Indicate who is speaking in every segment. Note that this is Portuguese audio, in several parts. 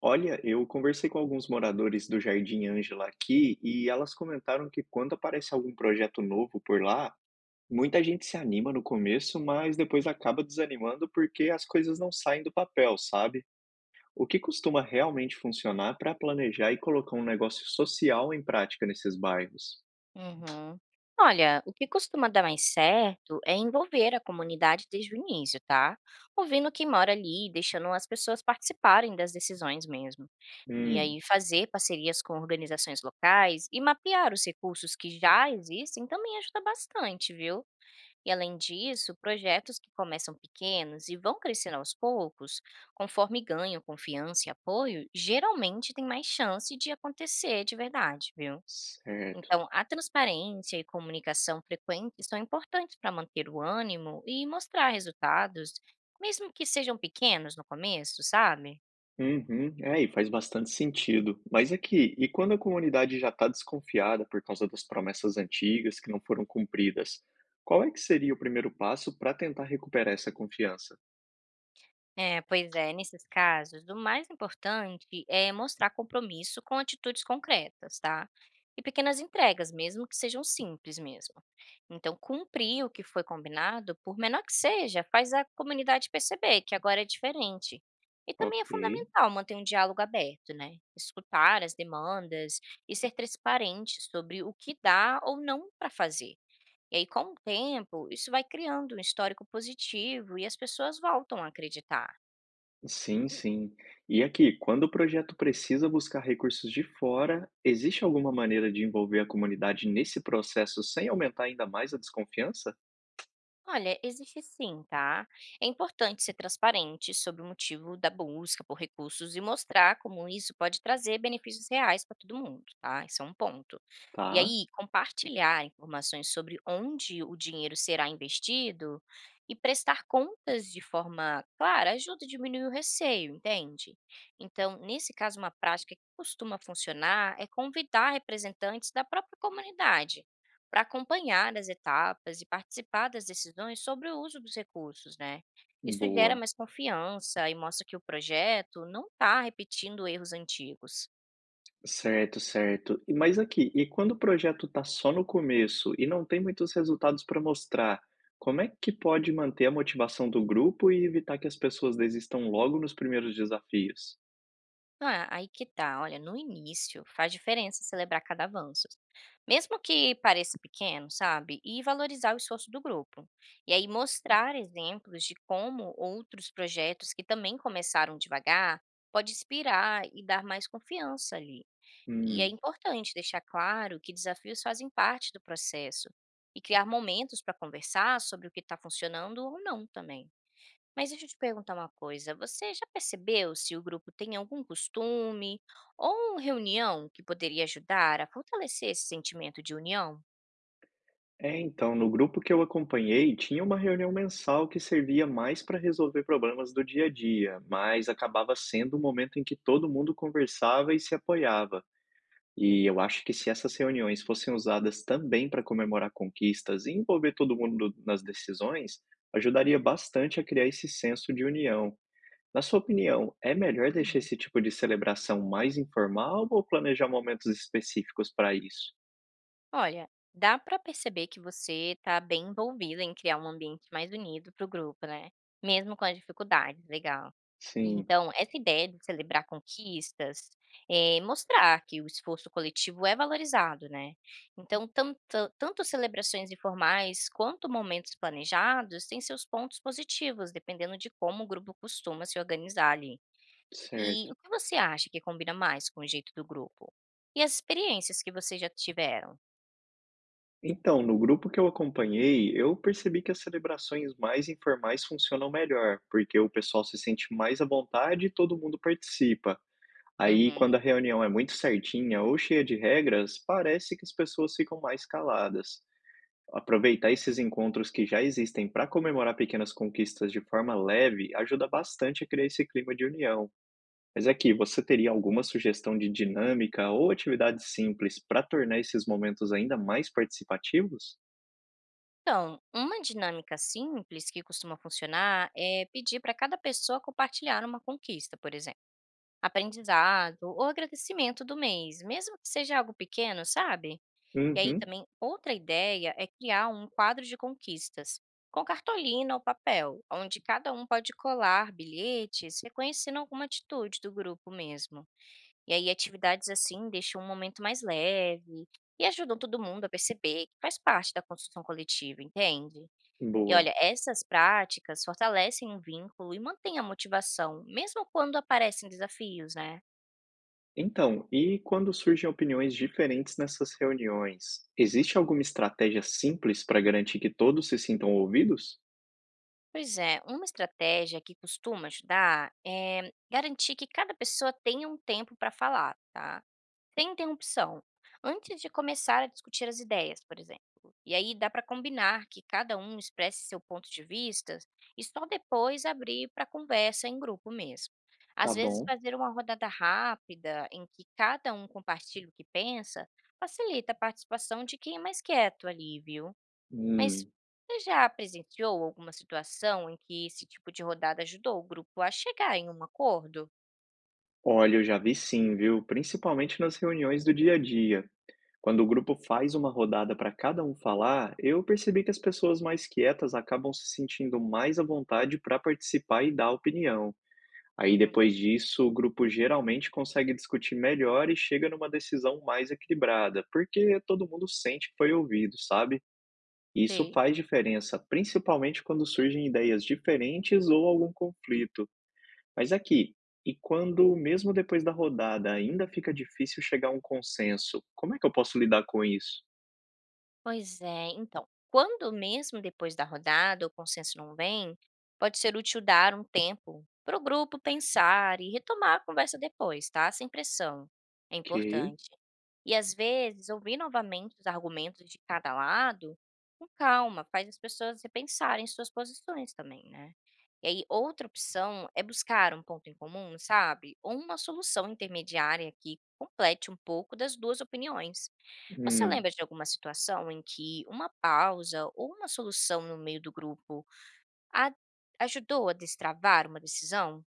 Speaker 1: Olha, eu conversei com alguns moradores do Jardim Ângela aqui e elas comentaram que quando aparece algum projeto novo por lá, muita gente se anima no começo, mas depois acaba desanimando porque as coisas não saem do papel, sabe? O que costuma realmente funcionar para planejar e colocar um negócio social em prática nesses bairros?
Speaker 2: Uhum. Olha, o que costuma dar mais certo é envolver a comunidade desde o início, tá? Ouvindo quem mora ali, deixando as pessoas participarem das decisões mesmo. E
Speaker 1: Hum,
Speaker 2: aí fazer parcerias com organizações locais e mapear os recursos que já existem também ajuda bastante, viu? E além disso, projetos que começam pequenos e vão crescendo aos poucos, conforme ganham confiança e apoio, geralmente têm mais chance de acontecer de verdade, viu?
Speaker 1: certo.
Speaker 2: Então, a transparência e comunicação frequente são importantes para manter o ânimo e mostrar resultados, mesmo que sejam pequenos no começo, sabe?
Speaker 1: Uhum. É, e faz bastante sentido. Mas aqui, e quando a comunidade já está desconfiada por causa das promessas antigas que não foram cumpridas, qual é que seria o primeiro passo para tentar recuperar essa confiança?
Speaker 2: É, pois é, nesses casos, o mais importante é mostrar compromisso com atitudes concretas, tá? E pequenas entregas, mesmo que sejam simples mesmo. Então, cumprir o que foi combinado, por menor que seja, faz a comunidade perceber que agora é diferente. E também é
Speaker 1: Ok,
Speaker 2: fundamental manter um diálogo aberto, né? Escutar as demandas e ser transparente sobre o que dá ou não para fazer. E aí, com o tempo, isso vai criando um histórico positivo e as pessoas voltam a acreditar.
Speaker 1: sim, sim. E aqui, quando o projeto precisa buscar recursos de fora, existe alguma maneira de envolver a comunidade nesse processo sem aumentar ainda mais a desconfiança?
Speaker 2: Olha, existe sim, tá? É importante ser transparente sobre o motivo da busca por recursos e mostrar como isso pode trazer benefícios reais para todo mundo, tá? Esse é um ponto. E
Speaker 1: Tá,
Speaker 2: aí, compartilhar informações sobre onde o dinheiro será investido e prestar contas de forma clara ajuda a diminuir o receio, entende? Então, nesse caso, uma prática que costuma funcionar é convidar representantes da própria comunidade para acompanhar as etapas e participar das decisões sobre o uso dos recursos, né? Isso gera
Speaker 1: boa.
Speaker 2: mais confiança e mostra que o projeto não está repetindo erros antigos.
Speaker 1: Certo, certo. E mas aqui, e quando o projeto está só no começo e não tem muitos resultados para mostrar, como é que pode manter a motivação do grupo e evitar que as pessoas desistam logo nos primeiros desafios?
Speaker 2: Ah, aí que tá, olha, no início faz diferença celebrar cada avanço, mesmo que pareça pequeno, sabe? E valorizar o esforço do grupo. E aí mostrar exemplos de como outros projetos que também começaram devagar pode inspirar e dar mais confiança ali. E é
Speaker 1: Hum.
Speaker 2: importante deixar claro que desafios fazem parte do processo e criar momentos para conversar sobre o que está funcionando ou não também. Mas deixa eu te perguntar uma coisa: você já percebeu se o grupo tem algum costume ou reunião que poderia ajudar a fortalecer esse sentimento de união?
Speaker 1: É, então, no grupo que eu acompanhei, tinha uma reunião mensal que servia mais para resolver problemas do dia a dia, mas acabava sendo um momento em que todo mundo conversava e se apoiava. E eu acho que se essas reuniões fossem usadas também para comemorar conquistas e envolver todo mundo nas decisões, ajudaria bastante a criar esse senso de união. Na sua opinião, é melhor deixar esse tipo de celebração mais informal ou planejar momentos específicos para isso?
Speaker 2: Olha, dá para perceber que você está bem envolvida em criar um ambiente mais unido para o grupo, né? Mesmo com as dificuldades, legal. E
Speaker 1: Sim,
Speaker 2: então, essa ideia de celebrar conquistas, mostrar que o esforço coletivo é valorizado, né? Então, tanto celebrações informais quanto momentos planejados têm seus pontos positivos, dependendo de como o grupo costuma se organizar ali. E o
Speaker 1: certo.
Speaker 2: que você acha que combina mais com o jeito do grupo? E as experiências que vocês já tiveram?
Speaker 1: Então, no grupo que eu acompanhei, eu percebi que as celebrações mais informais funcionam melhor, porque o pessoal se sente mais à vontade e todo mundo participa. Aí,
Speaker 2: Uhum.
Speaker 1: quando a reunião é muito certinha ou cheia de regras, parece que as pessoas ficam mais caladas. Aproveitar esses encontros que já existem para comemorar pequenas conquistas de forma leve ajuda bastante a criar esse clima de união. Mas aqui, você teria alguma sugestão de dinâmica ou atividade simples para tornar esses momentos ainda mais participativos?
Speaker 2: Então, uma dinâmica simples que costuma funcionar é pedir para cada pessoa compartilhar uma conquista, por exemplo, aprendizado ou agradecimento do mês, mesmo que seja algo pequeno, sabe? E aí
Speaker 1: Uhum,
Speaker 2: também outra ideia é criar um quadro de conquistas, com cartolina ou papel, onde cada um pode colar bilhetes reconhecendo alguma atitude do grupo mesmo. E aí atividades assim deixam um momento mais leve e ajudam todo mundo a perceber que faz parte da construção coletiva, entende? E
Speaker 1: boa.
Speaker 2: olha, essas práticas fortalecem um vínculo e mantêm a motivação, mesmo quando aparecem desafios, né?
Speaker 1: Então, e quando surgem opiniões diferentes nessas reuniões, existe alguma estratégia simples para garantir que todos se sintam ouvidos?
Speaker 2: Pois é, uma estratégia que costuma ajudar é garantir que cada pessoa tenha um tempo para falar, tá? Sem interrupção, antes de começar a discutir as ideias, por exemplo. E aí dá para combinar que cada um expresse seu ponto de vista e só depois abrir para conversa em grupo mesmo. Às
Speaker 1: Tá
Speaker 2: vezes,
Speaker 1: bom.
Speaker 2: fazer uma rodada rápida em que cada um compartilha o que pensa facilita a participação de quem é mais quieto ali, viu? Mas
Speaker 1: Hum,
Speaker 2: você já presenciou alguma situação em que esse tipo de rodada ajudou o grupo a chegar em um acordo?
Speaker 1: olha, eu já vi sim, viu? Principalmente nas reuniões do dia a dia. Quando o grupo faz uma rodada para cada um falar, eu percebi que as pessoas mais quietas acabam se sentindo mais à vontade para participar e dar opinião. Aí
Speaker 2: Uhum,
Speaker 1: depois disso, o grupo geralmente consegue discutir melhor e chega numa decisão mais equilibrada, porque todo mundo sente que foi ouvido, sabe? E isso
Speaker 2: sei.
Speaker 1: faz diferença, principalmente quando surgem ideias diferentes ou algum conflito. Mas aqui, e quando mesmo depois da rodada ainda fica difícil chegar a um consenso, como é que eu posso lidar com isso?
Speaker 2: Pois é, então, quando mesmo depois da rodada o consenso não vem, pode ser útil dar um tempo para o grupo pensar e retomar a conversa depois, tá? Sem pressão. É
Speaker 1: Ok.
Speaker 2: importante. E às vezes, ouvir novamente os argumentos de cada lado, com calma, faz as pessoas repensarem suas posições também, né? E aí, outra opção é buscar um ponto em comum, sabe? Ou uma solução intermediária que complete um pouco das duas opiniões. Você
Speaker 1: Hum.
Speaker 2: lembra de alguma situação em que uma pausa ou uma solução no meio do grupo a ajudou a destravar uma decisão?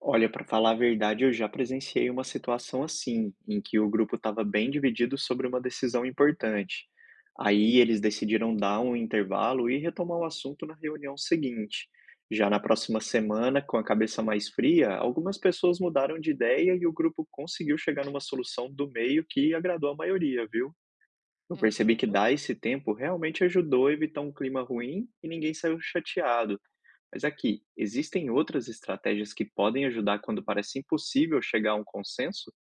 Speaker 1: Olha, para falar a verdade, eu já presenciei uma situação assim, em que o grupo estava bem dividido sobre uma decisão importante. Aí eles decidiram dar um intervalo e retomar o assunto na reunião seguinte. Já na próxima semana, com a cabeça mais fria, algumas pessoas mudaram de ideia e o grupo conseguiu chegar numa solução do meio que agradou a maioria, viu? Eu percebi que
Speaker 2: Uhum.
Speaker 1: dar esse tempo realmente ajudou a evitar um clima ruim e ninguém saiu chateado. Mas aqui, existem outras estratégias que podem ajudar quando parece impossível chegar a um consenso?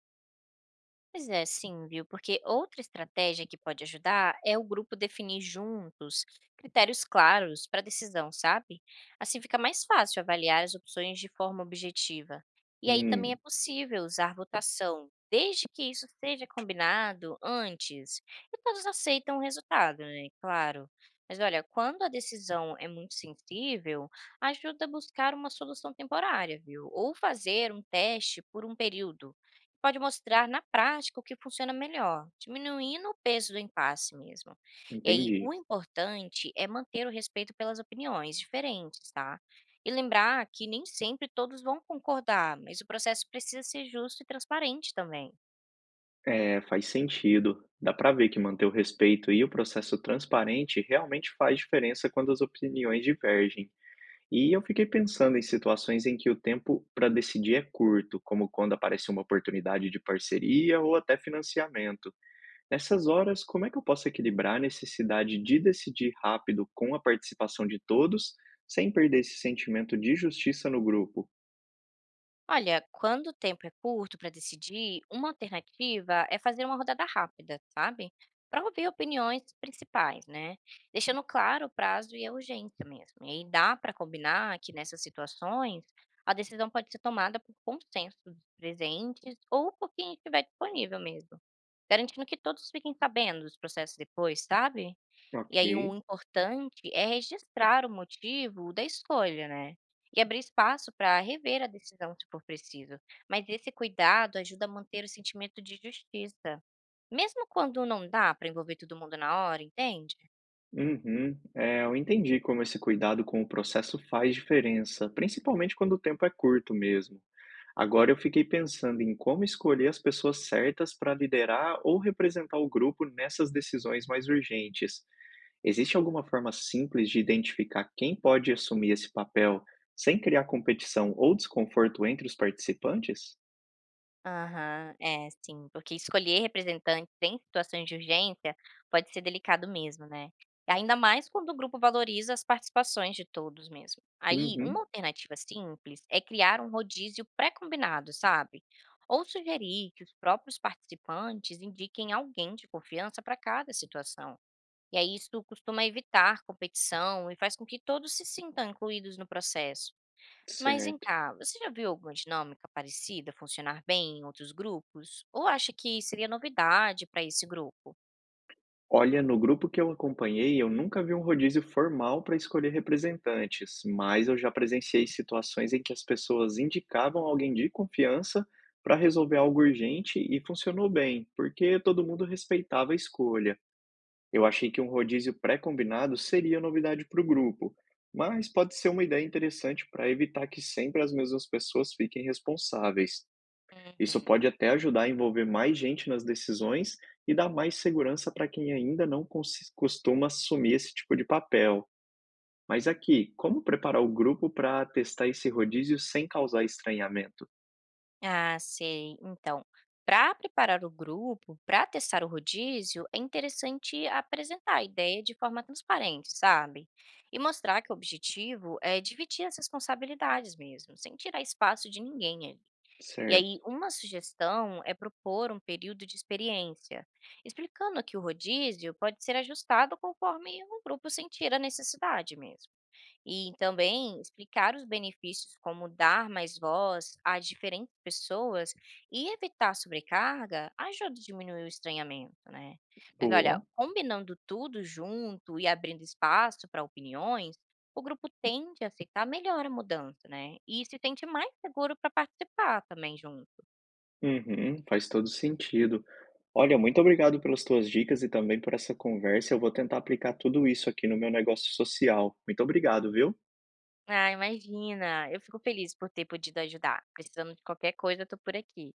Speaker 2: Pois é, sim, viu? Porque outra estratégia que pode ajudar é o grupo definir juntos critérios claros para decisão, sabe? Assim fica mais fácil avaliar as opções de forma objetiva. E aí também é
Speaker 1: Hum,
Speaker 2: possível usar votação, desde que isso seja combinado antes e todos aceitam o resultado, né? Claro. Mas olha, quando a decisão é muito sensível, ajuda a buscar uma solução temporária, viu? Ou fazer um teste por um período pode mostrar na prática o que funciona melhor, diminuindo o peso do impasse mesmo. E aí,
Speaker 1: entendi.
Speaker 2: o importante é manter o respeito pelas opiniões diferentes, tá? E lembrar que nem sempre todos vão concordar, mas o processo precisa ser justo e transparente também.
Speaker 1: É, faz sentido. Dá para ver que manter o respeito e o processo transparente realmente faz diferença quando as opiniões divergem. E eu fiquei pensando em situações em que o tempo para decidir é curto, como quando aparece uma oportunidade de parceria ou até financiamento. Nessas horas, como é que eu posso equilibrar a necessidade de decidir rápido com a participação de todos, sem perder esse sentimento de justiça no grupo?
Speaker 2: Olha, quando o tempo é curto para decidir, uma alternativa é fazer uma rodada rápida, sabe? Para ouvir opiniões principais, né? Deixando claro o prazo e a urgência mesmo. E aí dá para combinar que nessas situações a decisão pode ser tomada por consenso dos presentes ou por quem estiver disponível mesmo, garantindo que todos fiquem sabendo dos processos depois, sabe? E
Speaker 1: Ok.
Speaker 2: aí o importante é registrar o motivo da escolha, né, e abrir espaço para rever a decisão se for preciso. Mas esse cuidado ajuda a manter o sentimento de justiça, mesmo quando não dá para envolver todo mundo na hora, entende?
Speaker 1: Uhum. É, eu entendi como esse cuidado com o processo faz diferença, principalmente quando o tempo é curto mesmo. Agora eu fiquei pensando em como escolher as pessoas certas para liderar ou representar o grupo nessas decisões mais urgentes. Existe alguma forma simples de identificar quem pode assumir esse papel sem criar competição ou desconforto entre os participantes?
Speaker 2: Aham, é sim, porque escolher representantes em situações de urgência pode ser delicado mesmo, né? Ainda mais quando o grupo valoriza as participações de todos mesmo. Aí, uma
Speaker 1: Uhum,
Speaker 2: alternativa simples é criar um rodízio pré-combinado, sabe? Ou sugerir que os próprios participantes indiquem alguém de confiança para cada situação. E aí, isso costuma evitar competição e faz com que todos se sintam incluídos no processo. Mas vem
Speaker 1: certo.
Speaker 2: cá, você já viu alguma dinâmica parecida funcionar bem em outros grupos? Ou acha que seria novidade para esse grupo?
Speaker 1: Olha, no grupo que eu acompanhei, eu nunca vi um rodízio formal para escolher representantes, mas eu já presenciei situações em que as pessoas indicavam alguém de confiança para resolver algo urgente e funcionou bem, porque todo mundo respeitava a escolha. Eu achei que um rodízio pré-combinado seria novidade para o grupo, mas pode ser uma ideia interessante para evitar que sempre as mesmas pessoas fiquem responsáveis. Isso
Speaker 2: Uhum.
Speaker 1: pode até ajudar a envolver mais gente nas decisões e dar mais segurança para quem ainda não costuma assumir esse tipo de papel. Mas aqui, como preparar o grupo para testar esse rodízio sem causar estranhamento?
Speaker 2: Ah, sei. Então, para preparar o grupo, para testar o rodízio, é interessante apresentar a ideia de forma transparente, sabe? E mostrar que o objetivo é dividir as responsabilidades mesmo, sem tirar espaço de ninguém. E aí,
Speaker 1: Certo.
Speaker 2: uma sugestão é propor um período de experiência, explicando que o rodízio pode ser ajustado conforme o grupo sentir a necessidade mesmo. E também explicar os benefícios como dar mais voz a diferentes pessoas e evitar sobrecarga ajuda a diminuir o estranhamento, né? Mas olha,
Speaker 1: Boa.
Speaker 2: combinando tudo junto e abrindo espaço para opiniões, o grupo tende a aceitar melhor a mudança, né? E se sente mais seguro para participar também junto.
Speaker 1: Uhum, faz todo sentido. Olha, muito obrigado pelas tuas dicas e também por essa conversa. Eu vou tentar aplicar tudo isso aqui no meu negócio social. Muito obrigado, viu?
Speaker 2: Ah, imagina! Eu fico feliz por ter podido ajudar. Precisando de qualquer coisa, eu tô por aqui.